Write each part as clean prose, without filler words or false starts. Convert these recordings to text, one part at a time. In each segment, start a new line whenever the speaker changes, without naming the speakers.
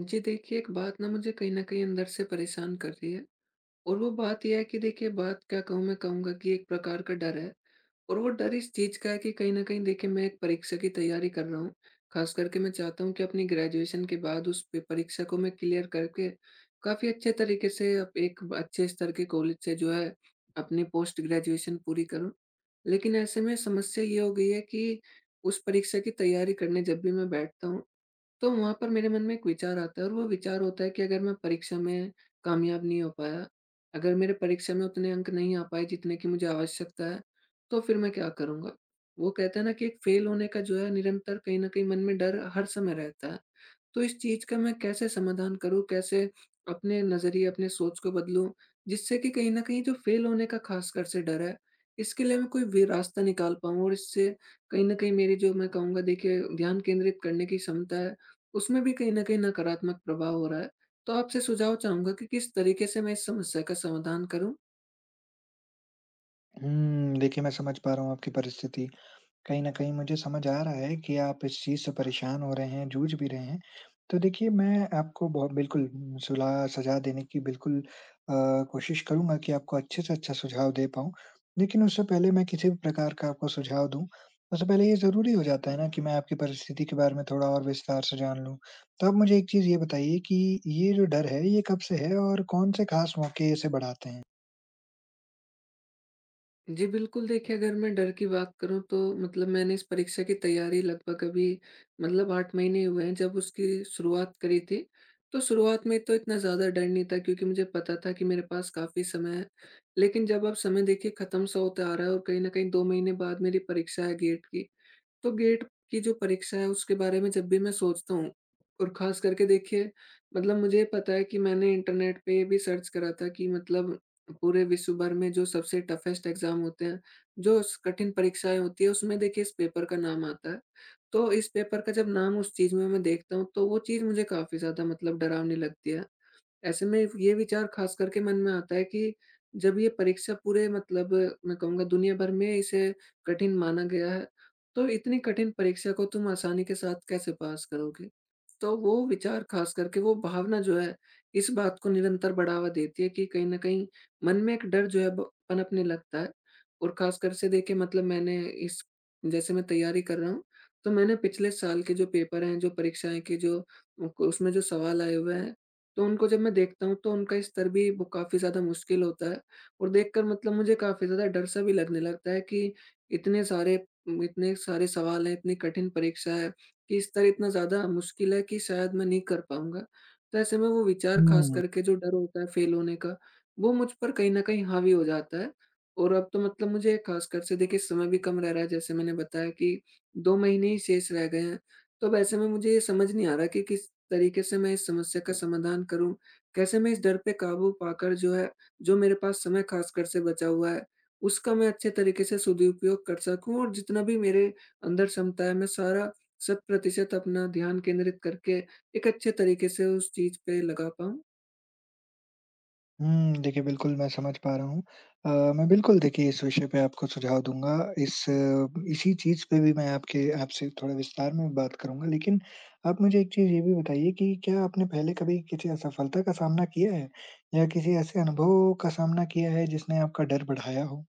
जी देखिए, एक बात ना मुझे कहीं न कहीं अंदर से परेशान कर रही है। और वो बात ये है कि देखिए, बात क्या कहूँ, मैं कहूँगा कि एक प्रकार का डर है। और वो डर इस चीज़ का है कि कहीं न कहीं देखिए, मैं एक परीक्षा की तैयारी कर रहा हूँ। ख़ास करके मैं चाहता हूँ कि अपनी ग्रेजुएशन के बाद उस पे परीक्षा को मैं क्लियर करके काफ़ी अच्छे तरीके से अप एक अच्छे स्तर के कॉलेज से जो है अपनी पोस्ट ग्रेजुएशन पूरी करूँ। लेकिन ऐसे में समस्या ये हो गई है कि उस परीक्षा की तैयारी करने जब भी मैं बैठता हूँ, तो वहाँ पर मेरे मन में एक विचार आता है और वो विचार होता है कि अगर मैं परीक्षा में कामयाब नहीं हो पाया, अगर मेरे परीक्षा में उतने अंक नहीं आ पाए जितने की मुझे आवश्यकता है, तो फिर मैं क्या करूँगा? वो कहते हैं ना कि एक फेल होने का जो है, निरंतर कहीं न कहीं मन में डर हर समय रहता है। तो इस चीज़ का मैं कैसे समाधान करूँ? कैसे अपने नज़रिए, अपने सोच को बदलूँ? जिससे कि कहीं न कहीं जो फ़ेल होने का ख़ासकर से डर है, इसके लिए मैं कोई वे रास्ता निकाल पाऊँ। और इससे कहीं न कहीं मेरी जो, मैं कहूँगा देखिए, ध्यान केंद्रित करने की क्षमता है, उसमें भी कहीं न कहीं नकारात्मक प्रभाव हो रहा है। तो आपसे सुझाव चाहूँगा कि किस तरीके से मैं इस समस्या का समाधान करूँ?
देखिए मैं समझ पा रहा हूँ आपकी परिस्थिति। कहीं न कहीं मुझे समझ आ रहा है कि आप इस चीज़ से परेशान हो रहे हैं, जूझ भी रहे हैं। तो देखिए मैं आपको बहुत बिल्कुल सुलह सलाह देने की बिल्कुल कोशिश करूँगा कि आपको अच्छे से अच्छा सुझाव दे पाऊँ। लेकिन उससे पहले मैं किसी भी प्रकार का आपको सुझाव दूँ, उससे पहले ये ज़रूरी हो जाता है ना कि मैं आपकी परिस्थिति के बारे में थोड़ा और विस्तार से जान लूँ। तो आप मुझे एक चीज़ ये बताइए कि ये जो डर है, ये कब से है और कौन से खास मौके इसे बढ़ाते हैं?
जी, बिल्कुल देखिए, अगर मैं डर की बात करूँ तो मतलब मैंने इस परीक्षा की तैयारी लगभग अभी मतलब 8 महीने हुए हैं जब उसकी शुरुआत करी थी। तो शुरुआत में तो इतना ज़्यादा डर नहीं था क्योंकि मुझे पता था कि मेरे पास काफ़ी समय है। लेकिन जब अब समय देखिए ख़त्म-सा होता आ रहा है और कहीं न कहीं 2 महीने बाद मेरी परीक्षा है गेट की। तो गेट की जो परीक्षा है उसके बारे में जब भी मैं सोचता हूँ और खास करके देखिए, मतलब मुझे पता है कि मैंने इंटरनेट पे ये भी सर्च करा था कि मतलब पूरे विश्व भर में जो सबसे टफेस्ट एग्जाम होते हैं, जो स कठिन परीक्षाएँ होती है, उसमें देखिए इस पेपर का नाम आता है। तो इस पेपर का जब नाम उस चीज़ में मैं देखता हूँ, तो वो चीज़ मुझे काफ़ी ज़्यादा मतलब डरावनी लगती है। ऐसे में ये विचार खास करके मन में आता है कि जब ये परीक्षा पूरे मतलब, मैं कहूँगा, दुनिया भर में इसे कठिन माना गया है, तो इतनी कठिन परीक्षा को तुम आसानी के साथ कैसे पास करोगे? तो वो विचार खास करके, वो भावना जो है, इस बात को निरंतर बढ़ावा देती है कि कहीं न कहीं मन में एक डर जो है ब पनपने लगता है। और खासकर से देखिए, मतलब मैंने इस जैसे मैं तैयारी कर रहा हूँ, तो मैंने पिछले साल के जो पेपर हैं, जो परीक्षाएँ की जो उक उसमें जो सवाल आए हुए हैं, तो उनको जब मैं देखता हूँ तो उनका स्तर भी वो काफ़ी ज़्यादा मुश्किल होता है। और देखकर मतलब मुझे काफ़ी ज़्यादा डर सा भी लगने लगता है कि इतने सारे इतने सारे सवाल हैं, इतनी कठिन परीक्षा है कि स्तर इतना ज़्यादा मुश्किल है कि शायद मैं नहीं कर पाऊँगा। तो ऐसे में वो विचार ख़ास
हम्म
करके जो डर होता है फ़ेल होने का, वो मुझ पर कहीं न कहीं हावी हो जाता है। और अब तो मतलब मुझे ख़ासकर से देखिए समय भी कम रह रहा है, जैसे मैंने बताया कि 2 महीने ही शेष रह गए हैं। तब ऐसे में मुझे ये समझ नहीं आ रहा कि किस तरीके से मैं इस समस्या का समाधान करूं। कैसे मैं इस डर पे काबू पाकर जो है, जो मेरे पास समय खासकर से बचा हुआ है उसका मैं अच्छे तरीके से सदुपयोग कर सकूं और जितना भी मेरे अंदर क्षमता है, मैं सारा शत प्रतिशत अपना ध्यान केंद्रित करके एक अच्छे तरीके से उस चीज पे लगा पाऊं।
हुँ, देखिए बिल्कुल मैं समझ पा रहा हूँ। अ, मैं बिल्कुल देखिए इस विषय पे आपको सुझाव दूँगा। इसी चीज़ पे भी मैं आपके आपसे थोड़ा विस्तार में बात करूँगा। लेकिन आप मुझे एक चीज़ ये भी बताइए कि क्या आपने पहले कभी किसी असफलता का सामना किया है? या किसी ऐसे अनुभव का सामना किया है जिसने आपका डर बढ़ाया हो?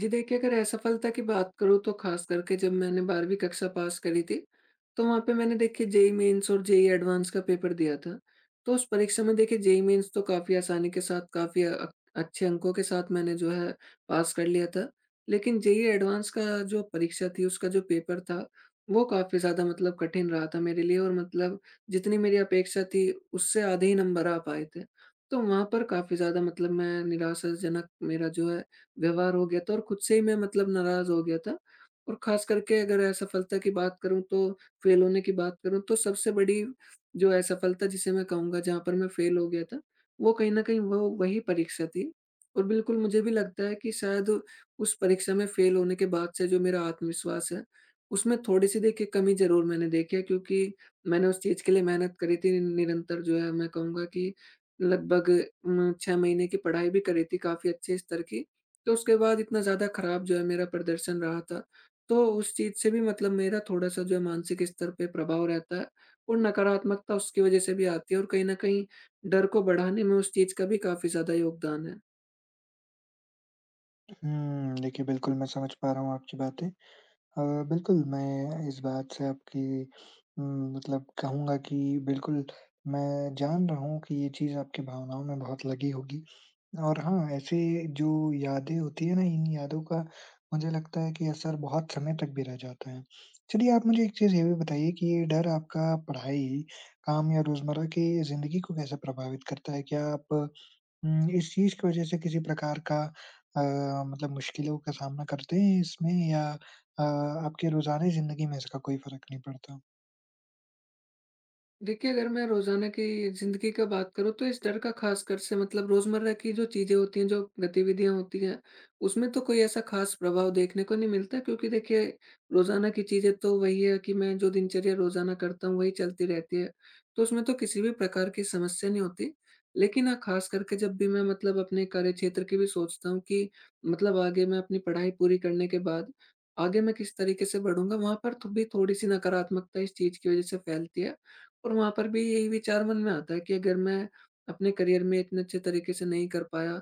जी देखिए, अगर असफलता की बात करूँ तो ख़ास करके जब मैंने 12वीं कक्षा पास करी थी, तो वहाँ पे मैंने देखिए जेईई मेन्स और जेईई एडवांस का पेपर दिया था। तो उस परीक्षा में देखिए जेईई मेन्स तो काफ़ी आसानी के साथ काफ़ी अच्छे अंकों के साथ मैंने जो है पास कर लिया था। लेकिन जेईई एडवांस का जो परीक्षा थी उसका जो पेपर था, वो काफ़ी ज़्यादा मतलब कठिन रहा था मेरे लिए और मतलब जितनी मेरी अपेक्षा थी उससे आधे ही नंबर आ पाए थे। तो वहाँ पर काफ़ी ज़्यादा मतलब मैं निराशाजनक मेरा जो है व्यवहार हो गया था और खुद से ही मैं मतलब नाराज़ हो गया था। और ख़ास करके अगर असफलता की बात करूँ, तो फ़ेल होने की बात करूँ, तो सबसे बड़ी जो असफलता जिसे मैं कहूँगा जहाँ पर मैं फ़ेल हो गया था, वो कहीं न कहीं वो वही परीक्षा थी। और बिल्कुल मुझे भी लगता है कि शायद उस परीक्षा में फ़ेल होने के बाद से जो मेरा आत्मविश्वास है, उसमें थोड़ी-सी देखिए कमी ज़रूर मैंने देखी है क्योंकि मैंने उस चीज़ के लिए मेहनत करी थी, निरंतर जो है, मैं कहूँगा कि लगभग 6 महीने की पढ़ाई भी करी थी काफ़ी अच्छे स्तर की। तो उसके बाद इतना ज़्यादा खराब जो है मेरा प्रदर्शन रहा था, तो उस चीज़ से भी मतलब मेरा थोड़ा-सा जो है मानसिक स्तर पे प्रभाव रहता है और नकारात्मकता उसकी वज़ह से भी आती है और कहीं न कहीं डर को बढ़ाने में उस चीज़ का भी काफ़ी ज़्यादा योगदान है।
देखिए बिल्कुल मैं समझ पा रहा हूँ आपकी बातें। अ, बिल्कुल, मैं इस बात से आपकी उम, मतलब कहूँगा कि बिल्कुल मैं जान रहा हूँ कि ये चीज़ आपकी भावनाओं में बहुत लगी होगी। और हाँ, ऐसे जो यादें होती है ना, इन यादों का मुझे लगता है कि असर बहुत समय तक भी रह जाता है। चलिए आप मुझे एक चीज़ ये भी बताइए कि ये डर आपका पढ़ाई, काम या रोज़मर्रा की ज़िंदगी को कैसे प्रभावित करता है? क्या आप इस चीज़ की वजह से किसी प्रकार का अ, मतलब मुश्किलों का सामना करते हैं इसमें, या आपके रोज़ाना ज़िंदगी में इसका कोई फ़र्क नहीं पड़ता?
देखिए, अगर मैं रोज़ाना की ज़िंदगी का बात करूँ, तो इस डर का ख़ासकर से मतलब रोज़मर्रा की जो चीज़ें होती हैं, जो गतिविधियाँ होती हैं, उसमें तो कोई ऐसा ख़ास प्रभाव देखने को नहीं मिलता, क्योंकि देखिए रोज़ाना की चीज़ें तो वही है कि मैं जो दिनचर्या रोज़ाना करता हूँ वही चलती रहती है। तो उसमें तो किसी भी प्रकार की समस्या नहीं होती। लेकिन हाँ, ख़ास करके जब भी मैं मतलब अपने कार्यक्षेत्र की भी सोचता हूँ कि मतलब आगे मैं अपनी पढ़ाई पूरी करने के बाद आगे मैं किस तरीके से बढ़ूँगा, वहाँ पर तो भी थोड़ी-सी नकारात्मकता इस चीज़ की वज़ह से फैलती है। और वहाँ पर भी यही विचार मन में आता है कि अगर मैं अपने करियर में इतने अच्छे तरीके से नहीं कर पाया,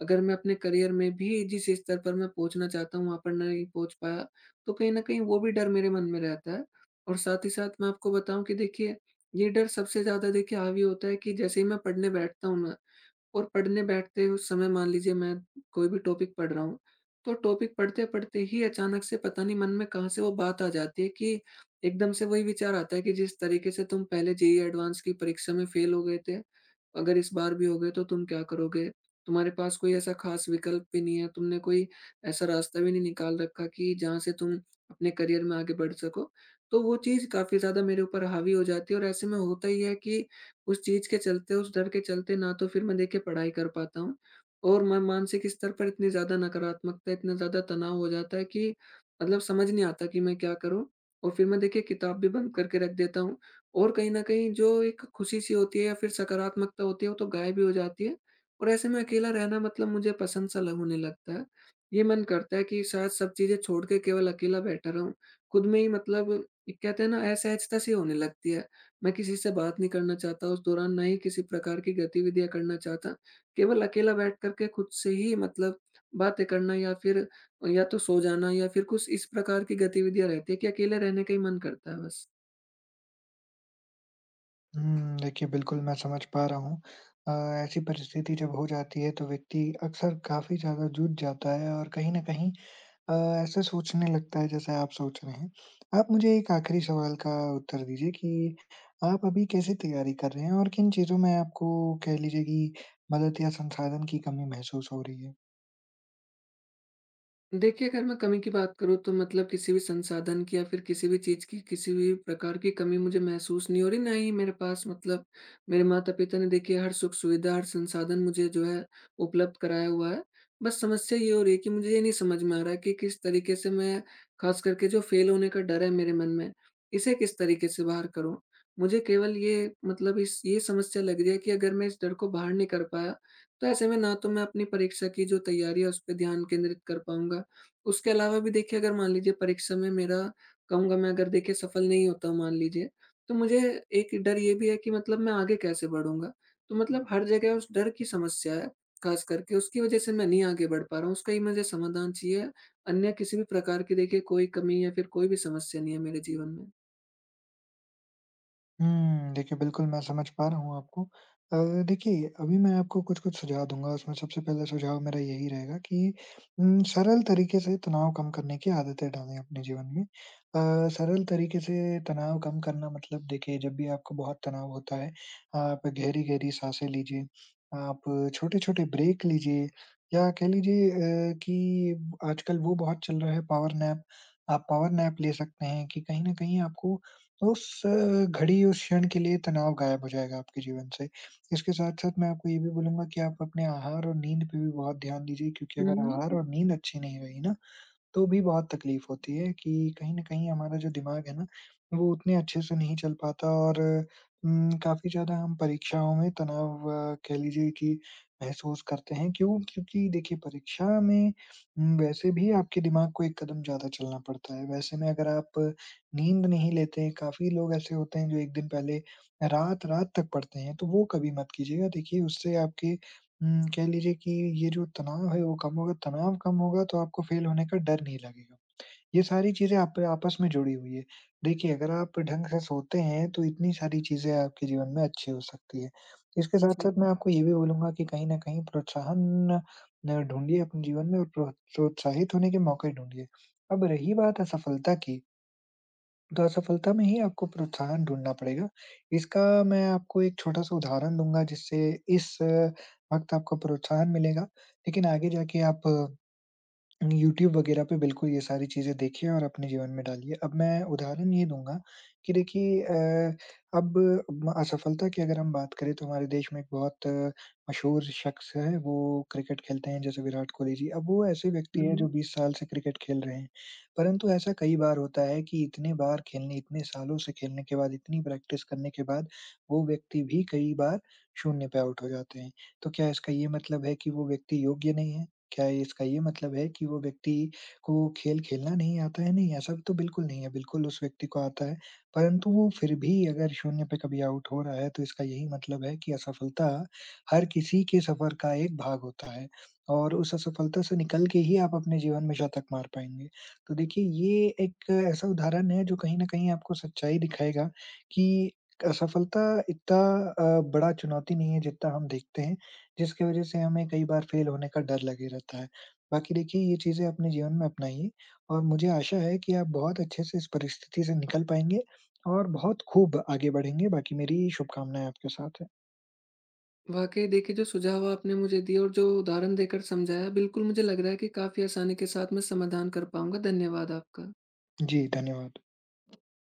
अगर मैं अपने करियर में भी जिस स्तर पर मैं पहुँचना चाहता हूँ वहाँ पर नहीं पहुँच पाया, तो कहीं न कहीं वो भी डर मेरे मन में रहता है। और साथ ही साथ मैं आपको बताऊँ कि देखिए, ये डर सबसे ज़्यादा देखिए हावी होता है कि जैसे ही मैं पढ़ने बैठता हूँ ना, और पढ़ने बैठते उस समय मान लीजिए मैं कोई भी टॉपिक पढ़ रहा हूँ, तो टॉपिक पढ़ते-पढ़ते ही अचानक से पता नहीं मन में कहाँ से वो बात आ जाती है कि एकदम से वही विचार आता है कि जिस तरीके से तुम पहले जेईई एडवांस की परीक्षा में फेल हो गए थे, अगर इस बार भी हो गए तो तुम क्या करोगे? तुम्हारे पास कोई ऐसा खास विकल्प भी नहीं है, तुमने कोई ऐसा रास्ता भी नहीं निकाल रखा कि जहाँ से तुम अपने करियर में आगे बढ़ सको। तो वो चीज़ काफ़ी ज़्यादा मेरे ऊपर हावी हो जाती है और ऐसे में होता ही है कि उस चीज़ के चलते, उस डर के चलते ना तो फिर मैं देखिए पढ़ाई कर पाता हूँ और मैं मानसिक स्तर पर इतनी ज़्यादा नकारात्मकता, इतना ज़्यादा तनाव हो जाता है कि मतलब समझ नहीं आता कि मैं क्या करूँ? और फिर मैं देखिए किताब भी बंद करके रख देता हूँ और कहीं न कहीं जो एक खुशी-सी होती है या फिर सकारात्मकता होती है, वो तो गायब ही हो जाती है और ऐसे में अकेला रहना मतलब मुझे पसंद-सा ल होने लगता है। ये मन करता है कि शायद सब चीज़ें छोड़ के केवल अकेला बैठा रहूँ। खुद में ही मतलब एक कहते हैं ना, असहजता-सी होने लगती है। मैं किसी से बात नहीं करना चाहता उस दौरान, ना ही किसी प्रकार की गतिविधियाँ करना चाहता। केवल अकेला बैठ कर के खुद से ही मतलब बातें करना या फिर या तो सो जाना या फिर कुछ इस प्रकार की गतिविधियाँ रहती है कि अकेले रहने का ही मन करता है बस।
देखिए बिल्कुल मैं समझ पा रहा हूँ। अ, ऐसी परिस्थिति जब हो जाती है तो व्यक्ति अक्सर काफ़ी ज़्यादा जूझ जाता है, और कहीं न कहीं अ, ऐसा सोचने लगता है जैसे आप सोच रहे हैं। आप मुझे एक आखिरी सवाल का उत्तर दीजिए कि आप अभी कैसे तैयारी कर रहे हैं, और किन चीज़ों में आपको कह लीजिए कि मदद या संसाधन की कमी महसूस हो रही है?
देखिए, अगर मैं कमी की बात करूँ तो मतलब किसी भी संसाधन की या फिर किसी भी चीज़ की किसी भी प्रकार की कमी मुझे महसूस नहीं हो रही, ना ही मेरे पास मतलब मेरे माता-पिता ने देखिए हर सुख-सुविधा, हर संसाधन मुझे जो है उपलब्ध कराया हुआ है। बस समस्या ये हो रही है कि मुझे ये नहीं समझ में आ रहा है कि किस तरीके से मैं ख़ास करके जो फ़ेल होने का डर है मेरे मन में, इसे किस तरीके से बाहर करूँ? मुझे केवल ये मतलब इस ये समस्या लग रही है कि अगर मैं इस डर को बाहर नहीं कर पाया, तो ऐसे में ना तो मैं अपनी परीक्षा की जो तैयारी है उस पे ध्यान केंद्रित कर पाऊँगा। उसके अलावा भी देखिए अगर मान लीजिए परीक्षा में मेरा कहूँगा मैं अगर देखिए सफल नहीं होता मान लीजिए, तो मुझे एक डर ये भी है कि मतलब मैं आगे कैसे बढ़ूँगा? तो मतलब हर जगह उस डर की समस्या है, ख़ास करके उसकी वज़ह से मैं नहीं आगे बढ़ पा रहा हूँ, उसका ही मुझे समाधान चाहिए। अन्य किसी भी प्रकार की देखिए कोई कमी या फिर कोई भी समस्या नहीं है मेरे जीवन में।
देखिए बिल्कुल मैं समझ पा रहा हूँ आपको। अ, देखिए अभी मैं आपको कुछ-कुछ सुझाव दूँगा, उसमें सबसे पहला सुझाव मेरा यही रहेगा कि सरल तरीके से तनाव कम करने की आदतें डालें अपने जीवन में। सरल तरीके से तनाव कम करना मतलब देखिए जब भी आपको बहुत तनाव होता है, आप गहरी-गहरी साँसें लीजिए, आप छोटे-छोटे ब्रेक लीजिए, या कह लीजिए कि आजकल वो बहुत चल रहा है पावर नैप। आप पावर नैप ले सकते हैं, कि कहीं न कहीं आपको तो उस घड़ी, उस क्षण के लिए तनाव गायब हो जाएगा आपके जीवन से। इसके साथ-साथ मैं आपको ये भी बोलूँगा कि आप अपने आहार और नींद पे भी बहुत ध्यान दीजिए, क्योंकि
हुँ,
अगर आहार
हुँ।
और नींद अच्छी नहीं रही ना, तो भी बहुत तकलीफ होती है। कि कहीं न कहीं हमारा जो दिमाग है ना, वो उतने अच्छे से नहीं चल पाता, और काफ़ी ज़्यादा हम परीक्षाओं में तनाव कह लीजिए कि महसूस करते हैं। क्यों? क्योंकि देखिए परीक्षा में वैसे भी आपके दिमाग को एक कदम ज़्यादा चलना पड़ता है। वैसे में अगर आप नींद नहीं लेते हैं, काफ़ी लोग ऐसे होते हैं जो 1 दिन पहले रात-रात तक पढ़ते हैं, तो वो कभी मत कीजिएगा। देखिए उससे आपके कह लीजिए कि ये जो तनाव है वो कम होगा, तनाव कम होगा तो आपको फ़ेल होने का डर नहीं लगेगा। ये सारी चीज़ें आप आपस में जुड़ी हुई है। देखिए अगर आप ढंग से सोते हैं, तो इतनी सारी चीज़ें आपके जीवन में अच्छी हो सकती है। इसके
जी।
साथ-साथ मैं आपको ये भी बोलूँगा कि कहीं न कहीं प्रोत्साहन ढूँढिए अपने जीवन में, और प्रोत्साहित होने के मौके ढूँढिए। अब रही बात असफलता की, तो असफलता में ही आपको प्रोत्साहन ढूँढना पड़ेगा। इसका मैं आपको एक छोटा-सा उदाहरण दूँगा, जिससे इस वक़्त आपको प्रोत्साहन मिलेगा, लेकिन आगे जाके आप यूट्यूब वगैरह पे बिल्कुल ये सारी चीज़ें देखिए और अपने जीवन में डालिए। अब मैं उदाहरण ये दूँगा कि देखिए, अब म असफलता की अगर हम बात करें, तो हमारे देश में एक बहुत मशहूर शख्स है, वो क्रिकेट खेलते हैं, जैसे विराट कोहली जी। अब वो ऐसे व्यक्ति
हुँ,
हैं
हुँ।
जो 20 साल से क्रिकेट खेल रहे हैं, परंतु ऐसा कई बार होता है कि इतने बार खेलने, इतने सालों से खेलने के बाद, इतनी प्रैक्टिस करने के बाद, वो व्यक्ति भी कई बार शून्य पे आउट हो जाते हैं। तो क्या इसका ये मतलब है कि वो व्यक्ति योग्य नहीं है? क्या इसका ये मतलब है कि वो व्यक्ति को खेल खेलना नहीं आता है? नहीं, ऐसा तो बिल्कुल नहीं है, बिल्कुल उस व्यक्ति को आता है, परंतु वो फिर भी अगर शून्य पे कभी आउट हो रहा है, तो इसका यही मतलब है कि असफलता हर किसी के सफ़र का एक भाग होता है, और उस असफलता से निकल के ही आप अपने जीवन में शतक मार पाएँगे। तो देखिए, ये एक ऐसा उदाहरण है जो कहीं न कहीं आपको सच्चाई दिखाएगा कि असफलता इतना बड़ा चुनौती नहीं है जितना हम देखते हैं। जिसकी वजह से हमें कई बार फेल होने का डर लगे रहता है। बाकी देखिए ये चीज़ें अपने जीवन में अपनाइए, और मुझे आशा है कि आप बहुत अच्छे से इस परिस्थिति से निकल पाएँगे और बहुत खूब आगे बढ़ेंगे। बाकी मेरी शुभकामनाएँ आपके साथ हैं।
वाक़ई देखिए जो सुझाव आपने मुझे दिए और जो उदाहरण देकर समझाया, बिल्कुल मुझे लग रहा है कि काफ़ी आसानी के साथ मैं समाधान कर पाऊँगा। धन्यवाद आपका।
जी, धन्यवाद।